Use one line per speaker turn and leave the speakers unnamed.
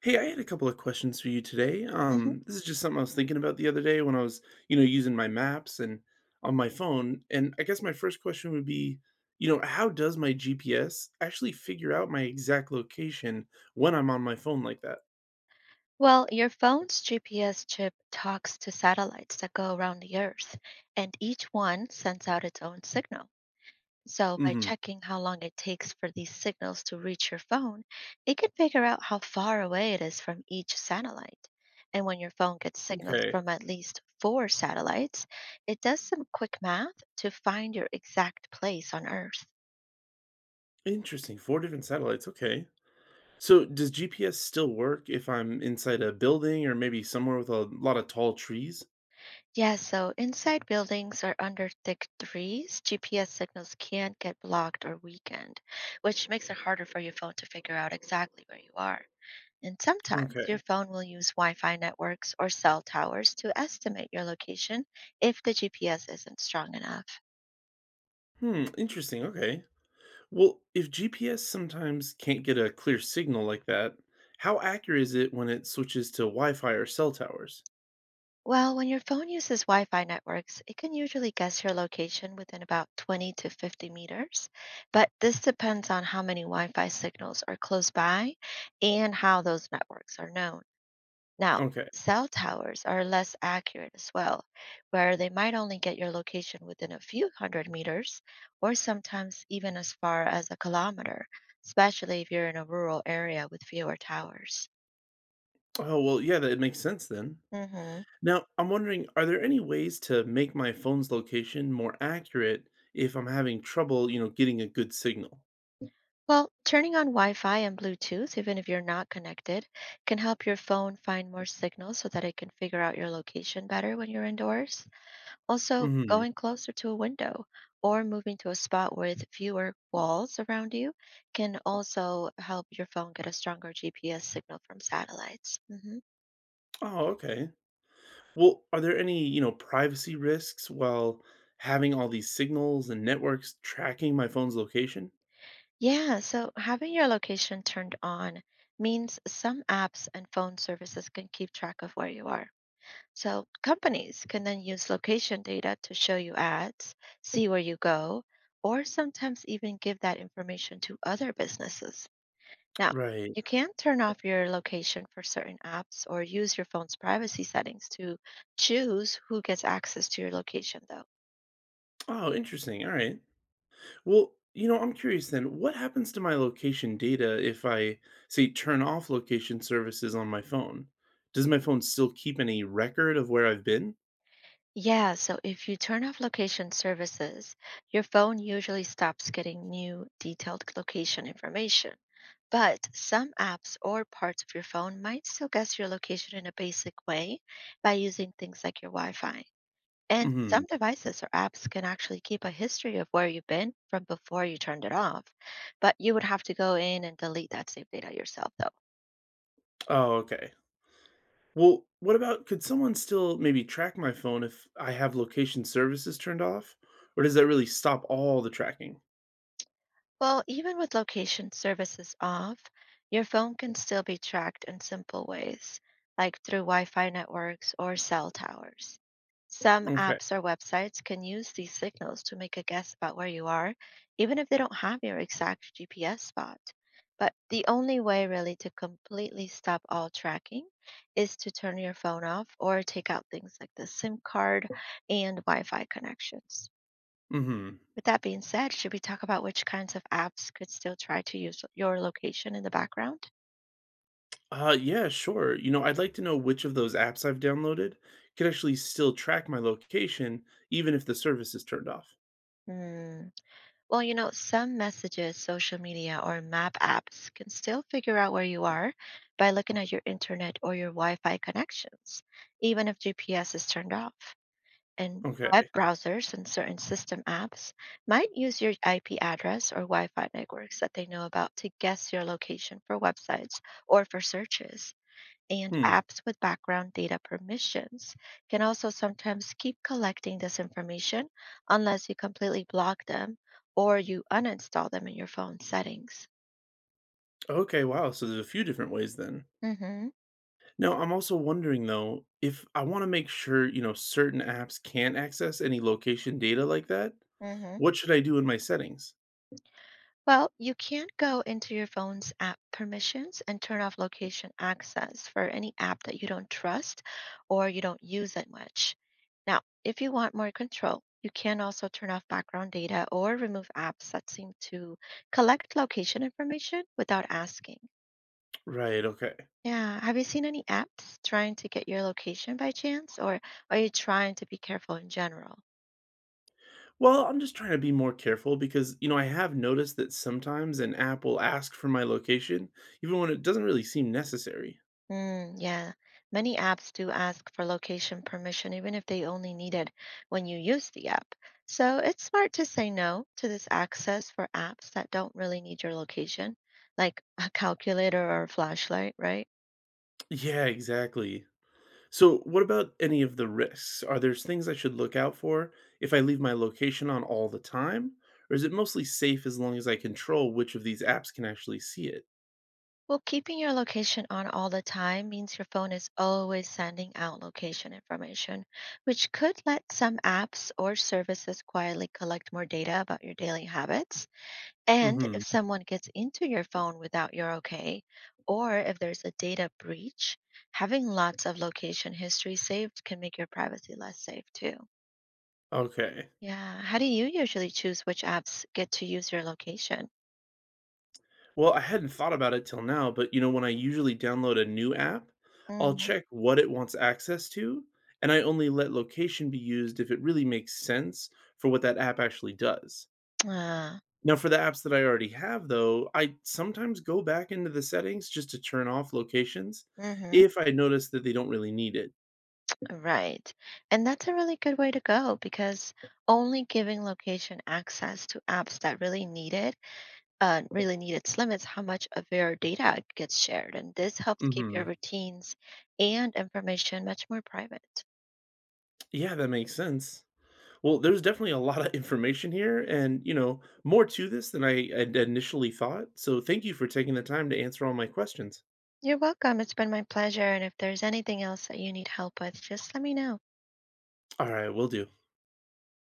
Hey, I had a couple of questions for you today.
Mhm.
This is just something I was thinking about the other day when I was using my maps and on my phone. And I guess my first question would be, you know, how does my GPS actually figure out my exact location when I'm on my phone like that?
Well, your phone's GPS chip talks to satellites that go around the Earth, and each one sends out its own signal. So, by
Hmm.
checking how long it takes for these signals to reach your phone, it can figure out how far away it is from each satellite. And when your phone gets signals
Okay.
from at least four satellites, it does some quick math to find your exact place on Earth.
Interesting. Four different satellites. Okay. So does GPS still work if I'm inside a building or maybe somewhere with a lot of tall trees?
Yeah, so inside buildings or under thick trees, GPS signals can get blocked or weakened, which makes it harder for your phone to figure out exactly where you are. And sometimes your
Okay.
phone will use Wi Fi networks or cell towers to estimate your location if the GPS isn't strong enough.
Hmm. Interesting. Okay. Well, if GPS sometimes can't get a clear signal like that, how accurate is it when it switches to Wi Fi or cell towers?
Well, when your phone uses Wi Fi networks, it can usually guess your location within about 20 to 50 meters. But this depends on how many Wi Fi signals are close by and how those networks are known. Now,
Okay.
cell towers are less accurate as well, where they might only get your location within a few hundred meters or sometimes even as far as a kilometer, especially if you're in a rural area with fewer towers.
Oh, well, yeah, that makes sense then.
Hmm.
Now, I'm wondering, are there any ways to make my phone's location more accurate if I'm having trouble, you know, getting a good signal?
Well, turning on Wi Fi and Bluetooth, even if you're not connected, can help your phone find more signals so that it can figure out your location better when you're indoors. Also,
Hmm.
going closer to a window or moving to a spot with fewer walls around you can also help your phone get a stronger GPS signal from satellites. Mhm.
Oh, okay. Well, are there any, you know, privacy risks while having all these signals and networks tracking my phone's location?
Yeah, so having your location turned on means some apps and phone services can keep track of where you are. So, companies can then use location data to show you ads, see where you go, or sometimes even give that information to other businesses. Now,
Right.
you can turn off your location for certain apps or use your phone's privacy settings to choose who gets access to your location, though.
Oh, interesting. All right. Well, you know, I'm curious then, what happens to my location data if I, say, turn off location services on my phone? Does my phone still keep any record of where I've been?
Yeah, so if you turn off location services, your phone usually stops getting new detailed location information. But some apps or parts of your phone might still guess your location in a basic way by using things like your Wi Fi. And
Hmm.
some devices or apps can actually keep a history of where you've been from before you turned it off, but you would have to go in and delete that saved data yourself, though.
Oh, okay. Well, what about, could someone still maybe track my phone if I have location services turned off? Or does that really stop all the tracking?
Well, even with location services off, your phone can still be tracked in simple ways, like through Wi Fi networks or cell towers. Some
Okay.
apps or websites can use these signals to make a guess about where you are, even if they don't have your exact GPS spot. But the only way, really, to completely stop all tracking is to turn your phone off or take out things like the SIM card and Wi Fi connections.
Hmm.
With that being said, should we talk about which kinds of apps could still try to use your location in the background?
Yeah, sure. You know, I'd like to know which of those apps I've downloaded could actually still track my location even if the service is turned off.
Hmm. Well, you know, some messages, social media, or map apps can still figure out where you are by looking at your internet or your Wi Fi connections, even if GPS is turned off. And web
Okay.
browsers and certain system apps might use your IP address or Wi Fi networks that they know about to guess your location for websites or for searches. And
Hmm.
apps with background data permissions can also sometimes keep collecting this information unless you completely block them or you uninstall them in your phone settings.
Okay, wow. So there's a few different ways then.
Mm-hmm.
Now, I'm also wondering though, if I want to make sure, you know, certain apps can't access any location data like that,
Mm-hmm.
what should I do in my settings?
Well, you can go into your phone's app permissions and turn off location access for any app that you don't trust or you don't use that much. Now, if you want more control, you can also turn off background data or remove apps that seem to collect location information without asking.
Right, okay.
Yeah, have you seen any apps trying to get your location by chance, or are you trying to be careful in general?
Well, I'm just trying to be more careful because, you know, I have noticed that sometimes an app will ask for my location even when it doesn't really seem necessary.
Mm, yeah, many apps do ask for location permission, even if they only need it when you use the app. So it's smart to say no to this access for apps that don't really need your location, like a calculator or a flashlight, right?
Yeah, exactly. So, what about any of the risks? Are there things I should look out for if I leave my location on all the time? Or is it mostly safe as long as I control which of these apps can actually see it?
Well, keeping your location on all the time means your phone is always sending out location information, which could let some apps or services quietly collect more data about your daily habits. And
Hmm.
if someone gets into your phone without your okay, or if there's a data breach, having lots of location history saved can make your privacy less safe too.
Okay.
Yeah. How do you usually choose which apps get to use your location?
Well, I hadn't thought about it till now, but you know, when I usually download a new app, I'll
Hmm.
check what it wants access to, and I only let location be used if it really makes sense for what that app actually does.
Ah.
Now for the apps that I already have though, I sometimes go back into the settings just to turn off locations
Hmm.
if I notice that they don't really need it.
Right. And that's a really good way to go because only giving location access to apps that really need its limits how much of your data gets shared, and this helps keep your
Mhm.
routines and information much more private.
Yeah, that makes sense. Well, there's definitely a lot of information here and, you know, more to this than I had initially thought. So thank you for taking the time to answer all my questions.
You're welcome. It's been my pleasure. And if there's anything else that you need help with, just let me know.
All right, will do.